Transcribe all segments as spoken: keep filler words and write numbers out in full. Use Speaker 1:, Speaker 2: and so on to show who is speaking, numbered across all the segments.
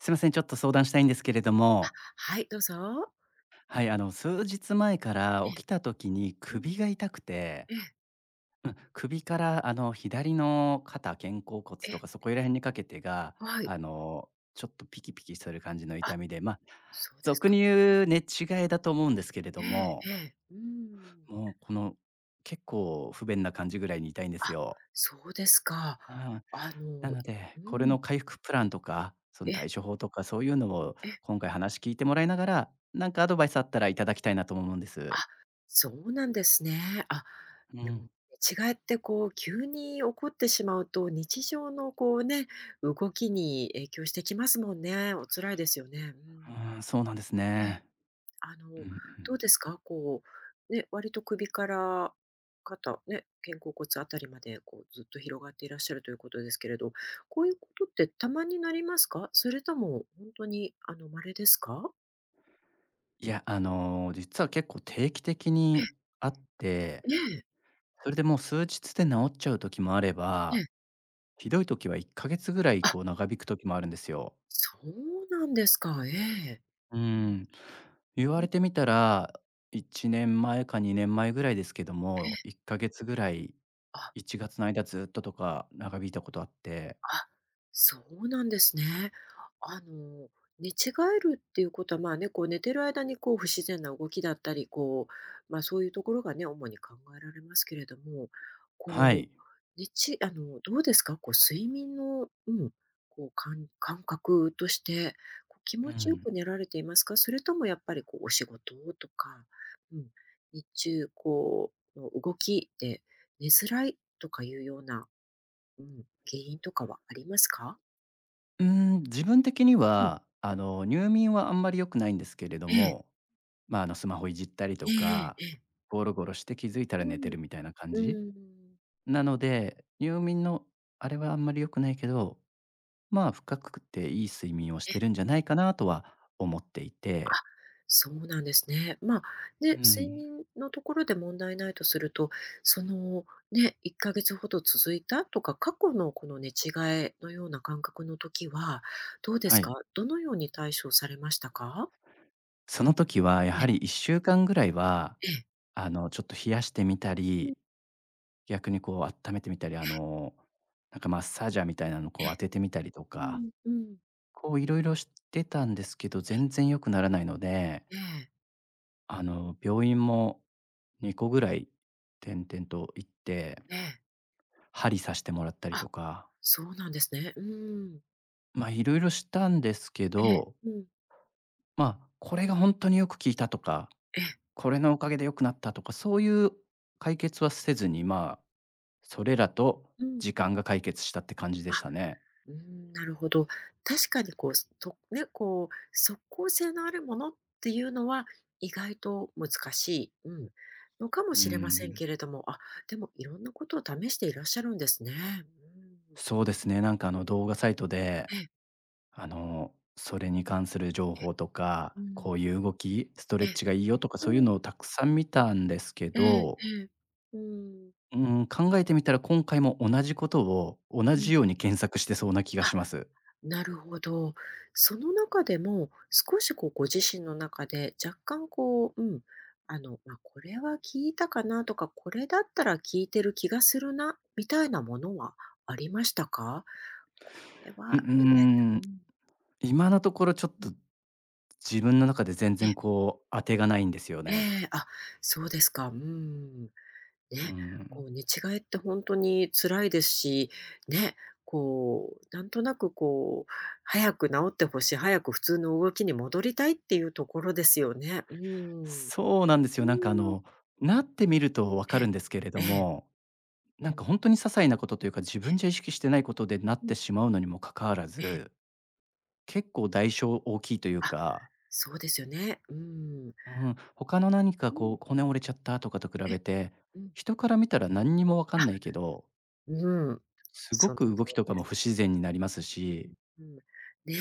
Speaker 1: すいません、ちょっと相談したいんですけれども、
Speaker 2: はい、どうぞ。
Speaker 1: はい、あの、数日前から
Speaker 2: ええ、
Speaker 1: 起きた時に
Speaker 2: うん、
Speaker 1: 首が痛くて、
Speaker 2: ええ、
Speaker 1: 首からあの、左の肩、肩甲骨
Speaker 2: ええ、
Speaker 1: とかそこら辺にかけてが、
Speaker 2: はい。
Speaker 1: あの、ちょっとピキピキする感じの
Speaker 2: あ、
Speaker 1: 痛みで、まあ、
Speaker 2: そうです
Speaker 1: 俗
Speaker 2: か。
Speaker 1: に
Speaker 2: うん。
Speaker 1: 言う寝違えだと思うんですけれど
Speaker 2: ええ
Speaker 1: も、
Speaker 2: ええ、うーん。
Speaker 1: もうこの、結構不便な感じぐらいに痛いんです
Speaker 2: あ、
Speaker 1: よ。
Speaker 2: そうですか。あ
Speaker 1: な
Speaker 2: の、
Speaker 1: ので、
Speaker 2: う
Speaker 1: これ
Speaker 2: ん、
Speaker 1: の回復プランとか、その
Speaker 2: ええ、
Speaker 1: 対処法とか、そういうのを
Speaker 2: ええ、
Speaker 1: 今回話聞いてもらいながら、なんかアドバイスあったらいただきたいなとも思うんで
Speaker 2: あ、
Speaker 1: す。
Speaker 2: そうなんですね。あ、
Speaker 1: うん。う
Speaker 2: でも、
Speaker 1: ん。
Speaker 2: 違いってこう急に起こってしまうと、日常のこうね、動きに影響してきますもんね。お辛いですよね。うん。
Speaker 1: そうなんです
Speaker 2: え。
Speaker 1: ね。
Speaker 2: あ
Speaker 1: うんう
Speaker 2: の、ど
Speaker 1: ん。
Speaker 2: うですか？こう、ね、割と首から肩、ね、肩甲骨あたりまで、こうずっと広がっていらっしゃるということですけれど、こういうことってたまになりますか？それとも本当に、あの、稀ですか？
Speaker 1: いや、あの、実は結構定期的
Speaker 2: え、
Speaker 1: にあって、
Speaker 2: ええ、
Speaker 1: それでもう数日で治っちゃう時もあれ
Speaker 2: え
Speaker 1: ば、
Speaker 2: え。
Speaker 1: ひどい時はいっかげつぐらい
Speaker 2: あ、
Speaker 1: こう長引く時もあるんですよ。
Speaker 2: そうなんですか。ええ。
Speaker 1: う
Speaker 2: うん、
Speaker 1: ん。言わ
Speaker 2: うん、
Speaker 1: れてみたら、いちねんまえかにねんまえぐらいですけど
Speaker 2: え
Speaker 1: も、
Speaker 2: え。
Speaker 1: いっかげつぐらい、
Speaker 2: あ
Speaker 1: ひとつきの間ずっととか長引いたことあって、
Speaker 2: あ、そうなんですね。あの、寝違えるっていうことは、まあね、こう寝てる間にこう不自然な動きだったり、こう、まあそういうところがね、主に考えられますけれども、こ
Speaker 1: は
Speaker 2: う、
Speaker 1: い。
Speaker 2: 寝ちあの、どうですかこう睡眠の、うん、こう感感覚として、こう気
Speaker 1: う
Speaker 2: 持ちよ
Speaker 1: ん。
Speaker 2: く寝られていますかそれともやっぱりこうお仕事とか、うん、日中こう、の動きで寝づらいとかいうようなうん、原因とかはありますか？
Speaker 1: うーん、自分的に
Speaker 2: うん、
Speaker 1: は、あの、入眠はあんまり良くないんですけれど
Speaker 2: ええ、
Speaker 1: も、まあ、あの、スマホいじったりと
Speaker 2: ええ
Speaker 1: か、
Speaker 2: ええええ
Speaker 1: ゴロゴロして気づいた
Speaker 2: う
Speaker 1: ら寝て
Speaker 2: ん、
Speaker 1: るみたいな感
Speaker 2: う
Speaker 1: じ
Speaker 2: ん
Speaker 1: なので、入眠のあれはあんまり良くないけど、まあ、深くていい睡眠をしてる
Speaker 2: え
Speaker 1: んじゃないかなとは思ってい
Speaker 2: あ、
Speaker 1: て。
Speaker 2: そうなんですね。まあ、
Speaker 1: う
Speaker 2: ね、睡
Speaker 1: ん。
Speaker 2: 眠のところで問題ないとすると、その、ね、いっかげつほど続いたとか、過去のこの寝違えのような感覚の時は、どうで
Speaker 1: は
Speaker 2: す
Speaker 1: い。
Speaker 2: か？どのように対処されましたか？
Speaker 1: その時はや
Speaker 2: ええ、
Speaker 1: はりいっしゅうかんぐらいは、
Speaker 2: ええ、
Speaker 1: あの、ちょっと冷やしてみた
Speaker 2: う
Speaker 1: り、
Speaker 2: ん、
Speaker 1: 逆にこう温めてみたり、あの、なんかマッサージャーみたいなのこ
Speaker 2: え
Speaker 1: う当ててみたりと
Speaker 2: え。う
Speaker 1: か、
Speaker 2: ん、うん。
Speaker 1: こういろいろしてたんですけど、全然良くならないので、
Speaker 2: ええ、
Speaker 1: あの、病院もにこぐらい点々と行って、
Speaker 2: ええ。
Speaker 1: 針刺してもらったりと
Speaker 2: あ、
Speaker 1: か、
Speaker 2: そうなんですね。うん。
Speaker 1: まあいろいろしたんですけ
Speaker 2: ええ。
Speaker 1: ど、
Speaker 2: うん、
Speaker 1: まあ、これが本当によく効いたとか、
Speaker 2: ええ、
Speaker 1: これのおかげで良くなったとか、そういう解決はせずに、まあ、それらと
Speaker 2: うん。
Speaker 1: 時間が解決したって感じで
Speaker 2: あ
Speaker 1: したね。
Speaker 2: うーん、なるほど。確かにこう、すとね、こう、即効性のあるものっていうのは意外と難しい、うん、のかも
Speaker 1: う
Speaker 2: しれません
Speaker 1: ん。
Speaker 2: けれども、あ、でもいろんなことを試していらっしゃるんですね。
Speaker 1: そうですね、なんかあ
Speaker 2: うん。う
Speaker 1: の
Speaker 2: ん、
Speaker 1: 動画サイトで、
Speaker 2: ええ、
Speaker 1: あの、それに関する情
Speaker 2: え
Speaker 1: 報とか、
Speaker 2: え、う
Speaker 1: こ
Speaker 2: ん、
Speaker 1: ういう動き、ストレ
Speaker 2: え
Speaker 1: ッ
Speaker 2: え、
Speaker 1: チがいいよとか
Speaker 2: う
Speaker 1: そういうの
Speaker 2: ん、
Speaker 1: をたくさん見たんですけ
Speaker 2: えええ
Speaker 1: ど、
Speaker 2: え、うん、
Speaker 1: うん、考えてみたら今回も同じことを同
Speaker 2: う
Speaker 1: じ
Speaker 2: ん。
Speaker 1: ように検索してそうな気が
Speaker 2: あ
Speaker 1: します。
Speaker 2: なるほど。その中でも、少しこうご自身の中で若干こう、うん、あの、まあ、これは聞いたかなとか、これだったら聞いてる気がするな、みたいなものはありましたか？これ
Speaker 1: う
Speaker 2: はみたいな。
Speaker 1: ん、
Speaker 2: うん、
Speaker 1: 今のところちょっ
Speaker 2: うん。
Speaker 1: と自分の中で全
Speaker 2: え
Speaker 1: 然こう当てがないんですよ
Speaker 2: え
Speaker 1: ね。
Speaker 2: えあ、そうですか。うん。
Speaker 1: う
Speaker 2: ね、こ
Speaker 1: ん。
Speaker 2: う寝違えって本当に辛いですし、ね、こう、なんとなくこう、早く治ってほしい、早く普通の動きに戻りたいっていうところですよね。うん。う
Speaker 1: そうなんですよ。なんかあ
Speaker 2: ーん。
Speaker 1: の、なってみるとわか
Speaker 2: ええ。
Speaker 1: るんですけれど
Speaker 2: ええ。
Speaker 1: も、
Speaker 2: う
Speaker 1: なんか
Speaker 2: ん。
Speaker 1: 本当に些細なことというか、自
Speaker 2: え
Speaker 1: 分
Speaker 2: え、
Speaker 1: じゃ意識してないことでなっ
Speaker 2: う
Speaker 1: て
Speaker 2: ん、
Speaker 1: しまうのにもかかわら
Speaker 2: ええ。
Speaker 1: ず、結構代償大きいという
Speaker 2: あ、
Speaker 1: か、
Speaker 2: そうですよね。うん。
Speaker 1: うん、他の何か
Speaker 2: う
Speaker 1: こ
Speaker 2: ん。
Speaker 1: う骨折れちゃったとかと比
Speaker 2: え、
Speaker 1: べて、
Speaker 2: うん。
Speaker 1: 人から見たら何にもわかん
Speaker 2: あ、
Speaker 1: ないけど、
Speaker 2: うん。
Speaker 1: すご
Speaker 2: その通
Speaker 1: く動きと
Speaker 2: り
Speaker 1: か
Speaker 2: で
Speaker 1: も
Speaker 2: す。
Speaker 1: 不自然になります
Speaker 2: うん、
Speaker 1: し、
Speaker 2: ね、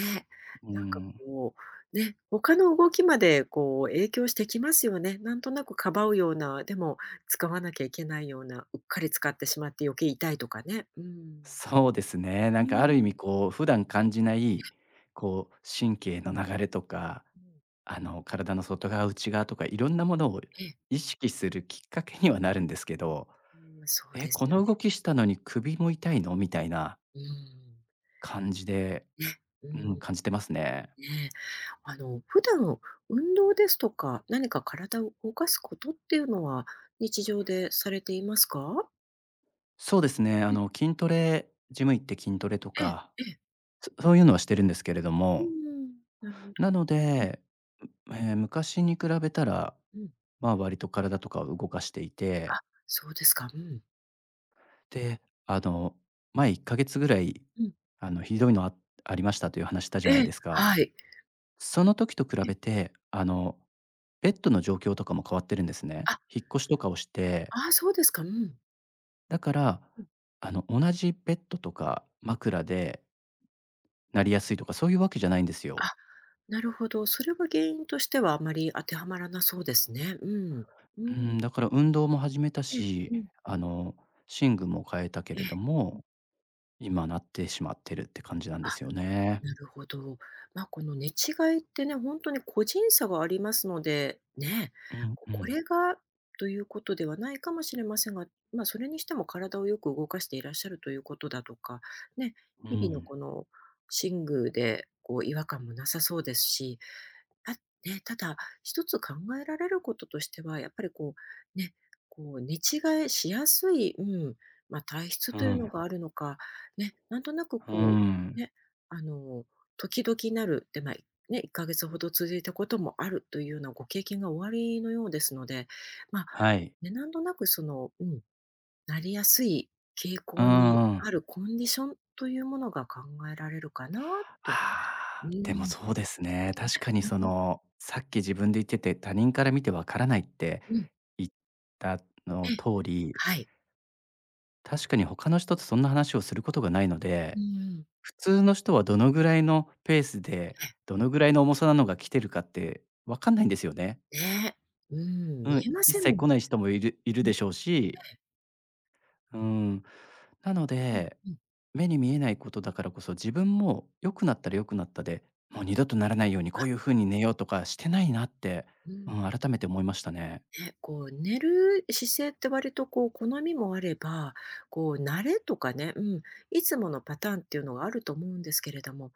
Speaker 1: う
Speaker 2: なんか
Speaker 1: ん、
Speaker 2: こう、ね、他の動きまでこう影響してきますよね。なんとなくかばうような、でも使わなきゃいけないような、うっかり使ってしまって余計痛いとかね。うん。
Speaker 1: そうですね、
Speaker 2: う
Speaker 1: なんかある意
Speaker 2: ん。
Speaker 1: 味こう普段感じない、こう神経の流れとか、
Speaker 2: うん、
Speaker 1: あの体の外側、内側とかいろんなものを
Speaker 2: ええ、
Speaker 1: 意識するきっかけにはなるんですけど
Speaker 2: うん、そう
Speaker 1: 「え、
Speaker 2: で
Speaker 1: こ
Speaker 2: すよね。
Speaker 1: の動きしたのに首も痛いの？」みたいな
Speaker 2: うん。
Speaker 1: 感じで、
Speaker 2: ね、う
Speaker 1: う
Speaker 2: ん、
Speaker 1: ん、感じてますね。
Speaker 2: ね。あの、普段運動ですとか、何か体を動かすことっていうのは、日常でされていますか？
Speaker 1: そうですね、あ
Speaker 2: ええ
Speaker 1: の、筋トレジム行って筋トレと
Speaker 2: え
Speaker 1: か、
Speaker 2: えええ。
Speaker 1: そそういうのはしてるんですけれど
Speaker 2: う
Speaker 1: も、
Speaker 2: ん、なるほ
Speaker 1: な
Speaker 2: ど。
Speaker 1: の
Speaker 2: え。
Speaker 1: で、えー昔に比べたら、
Speaker 2: うん。
Speaker 1: まあ、割と体とかを動かしていて、
Speaker 2: あ、そうですか。うん。
Speaker 1: で、あの、前いっかげつぐらい、
Speaker 2: うん。
Speaker 1: あの、ひどいのあありましたという話したじゃな
Speaker 2: え
Speaker 1: い
Speaker 2: え、
Speaker 1: ですか。
Speaker 2: はい。
Speaker 1: その時と比
Speaker 2: え、
Speaker 1: べて、あの、ベッドの状況とかも変わってるんですね。
Speaker 2: あ、
Speaker 1: 引っ越しとかをして、
Speaker 2: ああ、そうですか。うん。
Speaker 1: だから、
Speaker 2: うん。
Speaker 1: あの、同じベッドとか枕でなりやすいとか、そういうわけじゃないんですよ。
Speaker 2: あ、なるほど。それは原因としてはあまり当てはまらなそうですね。うん。うー
Speaker 1: うん、
Speaker 2: ん。
Speaker 1: だから運動も始めた
Speaker 2: ええ、
Speaker 1: し、
Speaker 2: うん。
Speaker 1: あの、寝具も変えたけ
Speaker 2: ええ。
Speaker 1: れど
Speaker 2: うん。
Speaker 1: も、今なってしまってるって感じなんですよね。
Speaker 2: なるほど。まあ、この寝違いってね、本当に個人差がありますので、ね、
Speaker 1: うん
Speaker 2: こ
Speaker 1: う
Speaker 2: これ
Speaker 1: ん。
Speaker 2: がということではないかもしれませんが、まあ、それにしても体をよく動かしていらっしゃるということだとか、ね、
Speaker 1: う
Speaker 2: 日々の
Speaker 1: ん。
Speaker 2: この寝具でこう違和感もなさそうですし、あ、ね、ただ、一つ考えられることとしては、やっぱりこう、ね、こう、寝違えしやすい、うん、まあ、体質
Speaker 1: う
Speaker 2: というの
Speaker 1: ん。
Speaker 2: があるのか、ね、なんとなく
Speaker 1: うー
Speaker 2: こう、
Speaker 1: ん。
Speaker 2: ね、あの、時々なる、で、まあ、ね、いっかげつほど続いたこともあるというようなご経験がおありのようですので、まあ、
Speaker 1: はい。
Speaker 2: ね、なんとなくその、うん、なりやすい傾
Speaker 1: うんう
Speaker 2: 向
Speaker 1: んうんうんうん、
Speaker 2: に
Speaker 1: はい、うん。
Speaker 2: あるコンディションというものが考えられるかなと。
Speaker 1: あ
Speaker 2: う
Speaker 1: あ、でも
Speaker 2: ん、
Speaker 1: そうですね。確かに
Speaker 2: う
Speaker 1: そ
Speaker 2: ん、
Speaker 1: の、さっき自分で言ってて、他人から見てわからないって
Speaker 2: うん、
Speaker 1: 言った
Speaker 2: え
Speaker 1: の
Speaker 2: え、
Speaker 1: 通り、
Speaker 2: はい。
Speaker 1: 確かに他の人とそんな話をすることがないの
Speaker 2: う
Speaker 1: で、
Speaker 2: ん。
Speaker 1: 普通の人はどのぐらいのペースで、どのぐらいの重さなのが来てるかってわかんないんですよね。
Speaker 2: え、ね。うん、
Speaker 1: う
Speaker 2: 見
Speaker 1: ん、
Speaker 2: えま
Speaker 1: 一
Speaker 2: せん
Speaker 1: 切
Speaker 2: もん。
Speaker 1: 来ない人もいるいる
Speaker 2: うん
Speaker 1: でしょうし、うん。なの
Speaker 2: うん
Speaker 1: で、
Speaker 2: うん。
Speaker 1: 目に見えないことだからこそ、自分も良くなったら良くなったで、もう二度とならないようにこういう風に寝ようとかしてないなって、
Speaker 2: う
Speaker 1: う
Speaker 2: ん。
Speaker 1: ん、改めて思いましたね。
Speaker 2: ね、こう寝る姿勢って割とこう好みもあれば、こう慣れとかね、うん、いつものパターンっていうのがあると思うんですけれども、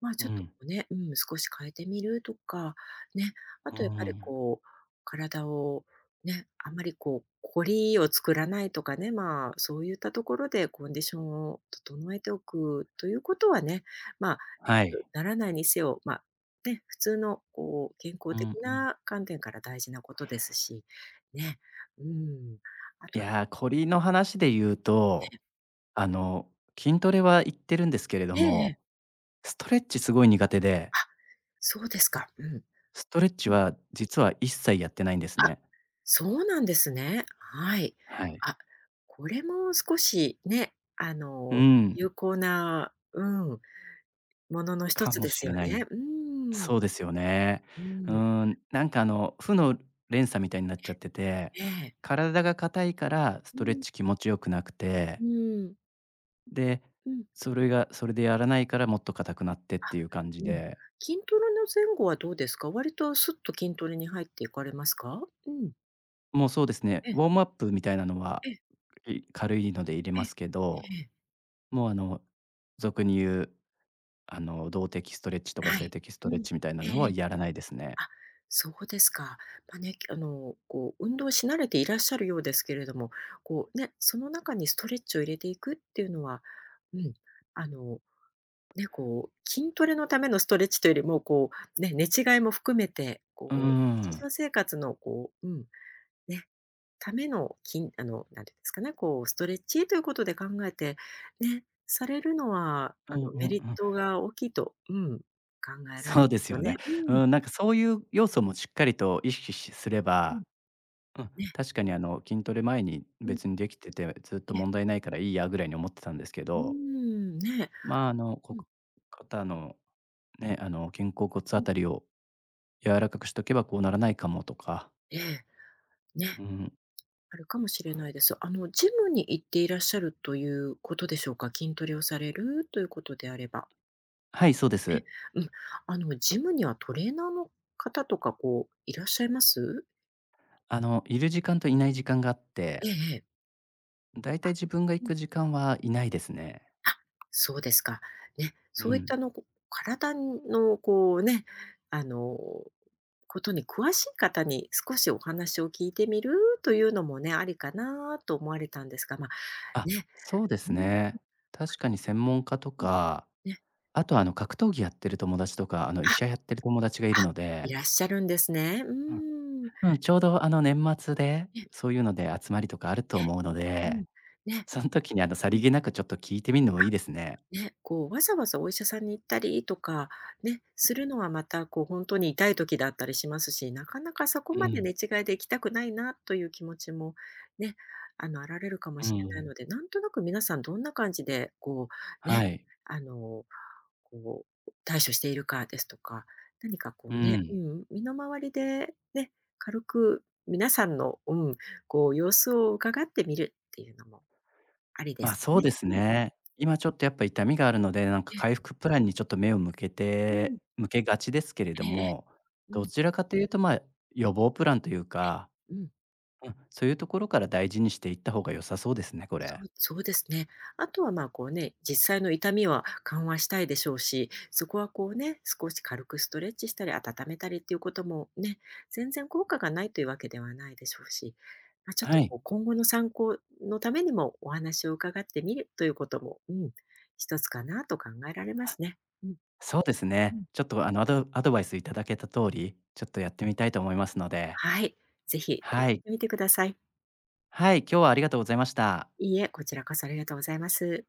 Speaker 2: まあ、
Speaker 1: う
Speaker 2: ちょっとこ
Speaker 1: ん。
Speaker 2: うね、うん、少し変えてみるとか、ね、あ
Speaker 1: う
Speaker 2: とやっぱり
Speaker 1: ん。
Speaker 2: こう、体をね、あんまりこうこりを作らないとかね、まあ、そういったところでコンディションを整えておくということはね、まあ、
Speaker 1: はい。
Speaker 2: ならないにせよ、ま、ね、普通のこう健康
Speaker 1: うん
Speaker 2: 的
Speaker 1: うん。
Speaker 2: な観点から大事なことですし、ね、うん。あ
Speaker 1: い
Speaker 2: とは
Speaker 1: やー、こりの話で言うと、あの、筋トレは行ってるんですけれど
Speaker 2: ええええ。
Speaker 1: も、ストレッチすごい苦手で、
Speaker 2: あ、そうですか。うん。
Speaker 1: ストレッチ
Speaker 2: うん。
Speaker 1: は実は一切やってないんです
Speaker 2: あ、
Speaker 1: ね。
Speaker 2: そうなんですね。はい。
Speaker 1: はい。
Speaker 2: あ、これも少しね、あ
Speaker 1: う
Speaker 2: の、
Speaker 1: ん、
Speaker 2: 有効なうん、ものの一
Speaker 1: か
Speaker 2: つ
Speaker 1: も
Speaker 2: で
Speaker 1: し
Speaker 2: す
Speaker 1: れ
Speaker 2: よ
Speaker 1: な
Speaker 2: ね。
Speaker 1: い。
Speaker 2: うーん。
Speaker 1: そうですよね。
Speaker 2: う
Speaker 1: う
Speaker 2: ん。
Speaker 1: ーん、なんかあの、負の連鎖みたいになっちゃってて、
Speaker 2: ええ。
Speaker 1: 体が硬いからス
Speaker 2: う
Speaker 1: トレッ
Speaker 2: ん。
Speaker 1: チ気持ちよくなくて、
Speaker 2: うーん。
Speaker 1: で、
Speaker 2: うん。
Speaker 1: それがそれでやらないからもっと硬くなってっていう感じ
Speaker 2: うん。
Speaker 1: で、
Speaker 2: 筋トレの前後はどうですか？割とスッと筋トレに入っていかれますか？うん。
Speaker 1: もうそうですね、
Speaker 2: ええ、
Speaker 1: ウォームアップみたいなのは、
Speaker 2: ええ、
Speaker 1: い軽いので入れ
Speaker 2: え
Speaker 1: ま
Speaker 2: え、
Speaker 1: すけど、
Speaker 2: ええ、
Speaker 1: もうあの、俗に言う、あの、動的ストレッチとか
Speaker 2: は
Speaker 1: 静
Speaker 2: い。
Speaker 1: 的ス
Speaker 2: う
Speaker 1: トレッ
Speaker 2: ん。
Speaker 1: チみたいな
Speaker 2: え
Speaker 1: のは
Speaker 2: え。
Speaker 1: やらないですね。
Speaker 2: あ、そうですか。ま、ね、あの、こう運動し慣れていらっしゃるようですけれども、こうね、その中にストレッチを入れていくっていうのは、うん、あの、ね、こう筋トレのためのストレッチというよりも、こうね、寝違いも含めて、
Speaker 1: うー
Speaker 2: こう日
Speaker 1: ん。
Speaker 2: 常生活のこう、うん、ね、ための、筋あの、なんていうんですかね、こうストレッチということで考えて、ね、されるのは、
Speaker 1: う
Speaker 2: あ
Speaker 1: んう
Speaker 2: の、
Speaker 1: んう
Speaker 2: メリッ
Speaker 1: ん。
Speaker 2: トが大きいと、うん、考えられ
Speaker 1: そう
Speaker 2: ま
Speaker 1: で
Speaker 2: す
Speaker 1: す
Speaker 2: よ
Speaker 1: よ
Speaker 2: ね。
Speaker 1: ね。
Speaker 2: うん。
Speaker 1: うん、なんかそういう要素もしっかりと意識しすれ
Speaker 2: う
Speaker 1: ば、
Speaker 2: ん。
Speaker 1: うん、
Speaker 2: ね、
Speaker 1: 確かにあの、筋トレ前に
Speaker 2: うん、
Speaker 1: 別にできてて、ずっと
Speaker 2: え
Speaker 1: 問
Speaker 2: え、
Speaker 1: 題ないからいいやぐらいに思ってたんですけ
Speaker 2: うー
Speaker 1: ど、
Speaker 2: ん、ね。
Speaker 1: まあ、あの、こ
Speaker 2: うん
Speaker 1: 肩のね、あの、肩甲骨
Speaker 2: う
Speaker 1: あ
Speaker 2: ん。
Speaker 1: たりを柔らかくしとけばこうならないかもとか、
Speaker 2: ええ、
Speaker 1: う
Speaker 2: ね、
Speaker 1: ん。
Speaker 2: あるかもしれないです。あの、ジムに行っていらっしゃるということでしょうか？筋トレをされるということであれば。
Speaker 1: はい、そうで
Speaker 2: え、
Speaker 1: す。
Speaker 2: うん、あの、ジムにはトレーナーの方とか、こう、いらっしゃいます？
Speaker 1: あの、いる時間といない時間があっ
Speaker 2: ええ
Speaker 1: て、
Speaker 2: ええ。
Speaker 1: だいたい自分が行く時間はいないですね。
Speaker 2: あ、そうですか。ね、
Speaker 1: う
Speaker 2: そういっ
Speaker 1: ん。
Speaker 2: たあの、こ体のこうね、あの、ことに詳しい方に少しお話を聞いてみるというのもね、ありかなと思われたんですが、まあ、
Speaker 1: あ、
Speaker 2: ね、
Speaker 1: そうです
Speaker 2: うん、
Speaker 1: ね。確かに専門家と
Speaker 2: うん、
Speaker 1: か、
Speaker 2: ね、
Speaker 1: あとあの格闘技やってる友達とか、あの医
Speaker 2: あ、
Speaker 1: 者やってる友達がいる
Speaker 2: あ、
Speaker 1: ので、
Speaker 2: いらっしゃるんですね。うーん。
Speaker 1: うん、うん、ちょうどあの年末で、
Speaker 2: ね
Speaker 1: そういうので集まりとかあると
Speaker 2: ね
Speaker 1: 思うの
Speaker 2: う
Speaker 1: で、
Speaker 2: ん、ね。
Speaker 1: その時にあのさりげなくちょっと聞いてみるのもいいですね。
Speaker 2: ね、こう、わざわざお医者さんに行ったりとか、ね、するのはまた、こう、本当に痛い時だったりしますし、なかなかそこ
Speaker 1: う
Speaker 2: まで
Speaker 1: ん、
Speaker 2: 寝違いで行きたくないなという気持ちもね、あの、あられるかも
Speaker 1: う
Speaker 2: しれな
Speaker 1: ん、
Speaker 2: いので、なんとなく皆さんどんな感じで、こう、ね、
Speaker 1: はい。
Speaker 2: あの、こう、対処しているかですとか、何かこ
Speaker 1: う
Speaker 2: うね、
Speaker 1: ん。
Speaker 2: うん、身の回りでね、軽く皆さんの、うん、こう、様子を伺ってみるっていうのもありで
Speaker 1: まあ、
Speaker 2: すよ
Speaker 1: そう
Speaker 2: ね。
Speaker 1: です
Speaker 2: うん、
Speaker 1: ね。今ちょっとやっぱ痛みがあるので、なんか
Speaker 2: え、
Speaker 1: 回復プランにちょっと目を向け
Speaker 2: う
Speaker 1: て
Speaker 2: ん、
Speaker 1: 向けがちですけれど
Speaker 2: えええ
Speaker 1: も、
Speaker 2: え、う
Speaker 1: ど
Speaker 2: ん。
Speaker 1: ちらかというと、まあ、予防プランというか、
Speaker 2: うん、
Speaker 1: うん、そういうところから大事にしていった方が良さそうですね、こ
Speaker 2: そ
Speaker 1: れ。
Speaker 2: うそうですね。あとは、まあ、こうね、実際の痛みは緩和したいでしょうし、そこはこうね、少し軽くストレッチしたり温めたりっていうこともね、全然効果がないというわけではないでしょうし、まあ、ちょっ
Speaker 1: は
Speaker 2: と
Speaker 1: い。
Speaker 2: こう今後の参考のためにもお話を伺ってみるということも、うん、一つかなと考えられま
Speaker 1: あ、
Speaker 2: すね。うん、
Speaker 1: そうです
Speaker 2: う
Speaker 1: ね。
Speaker 2: ん
Speaker 1: ちょっとあの、アドアドバイスいただけた通り、ちょっとやってみたいと思いますので、
Speaker 2: はい。ぜひ試し
Speaker 1: はい。
Speaker 2: てみてください。
Speaker 1: はい、今日はありがとうございました。
Speaker 2: いいえ、こちらこそありがとうございます。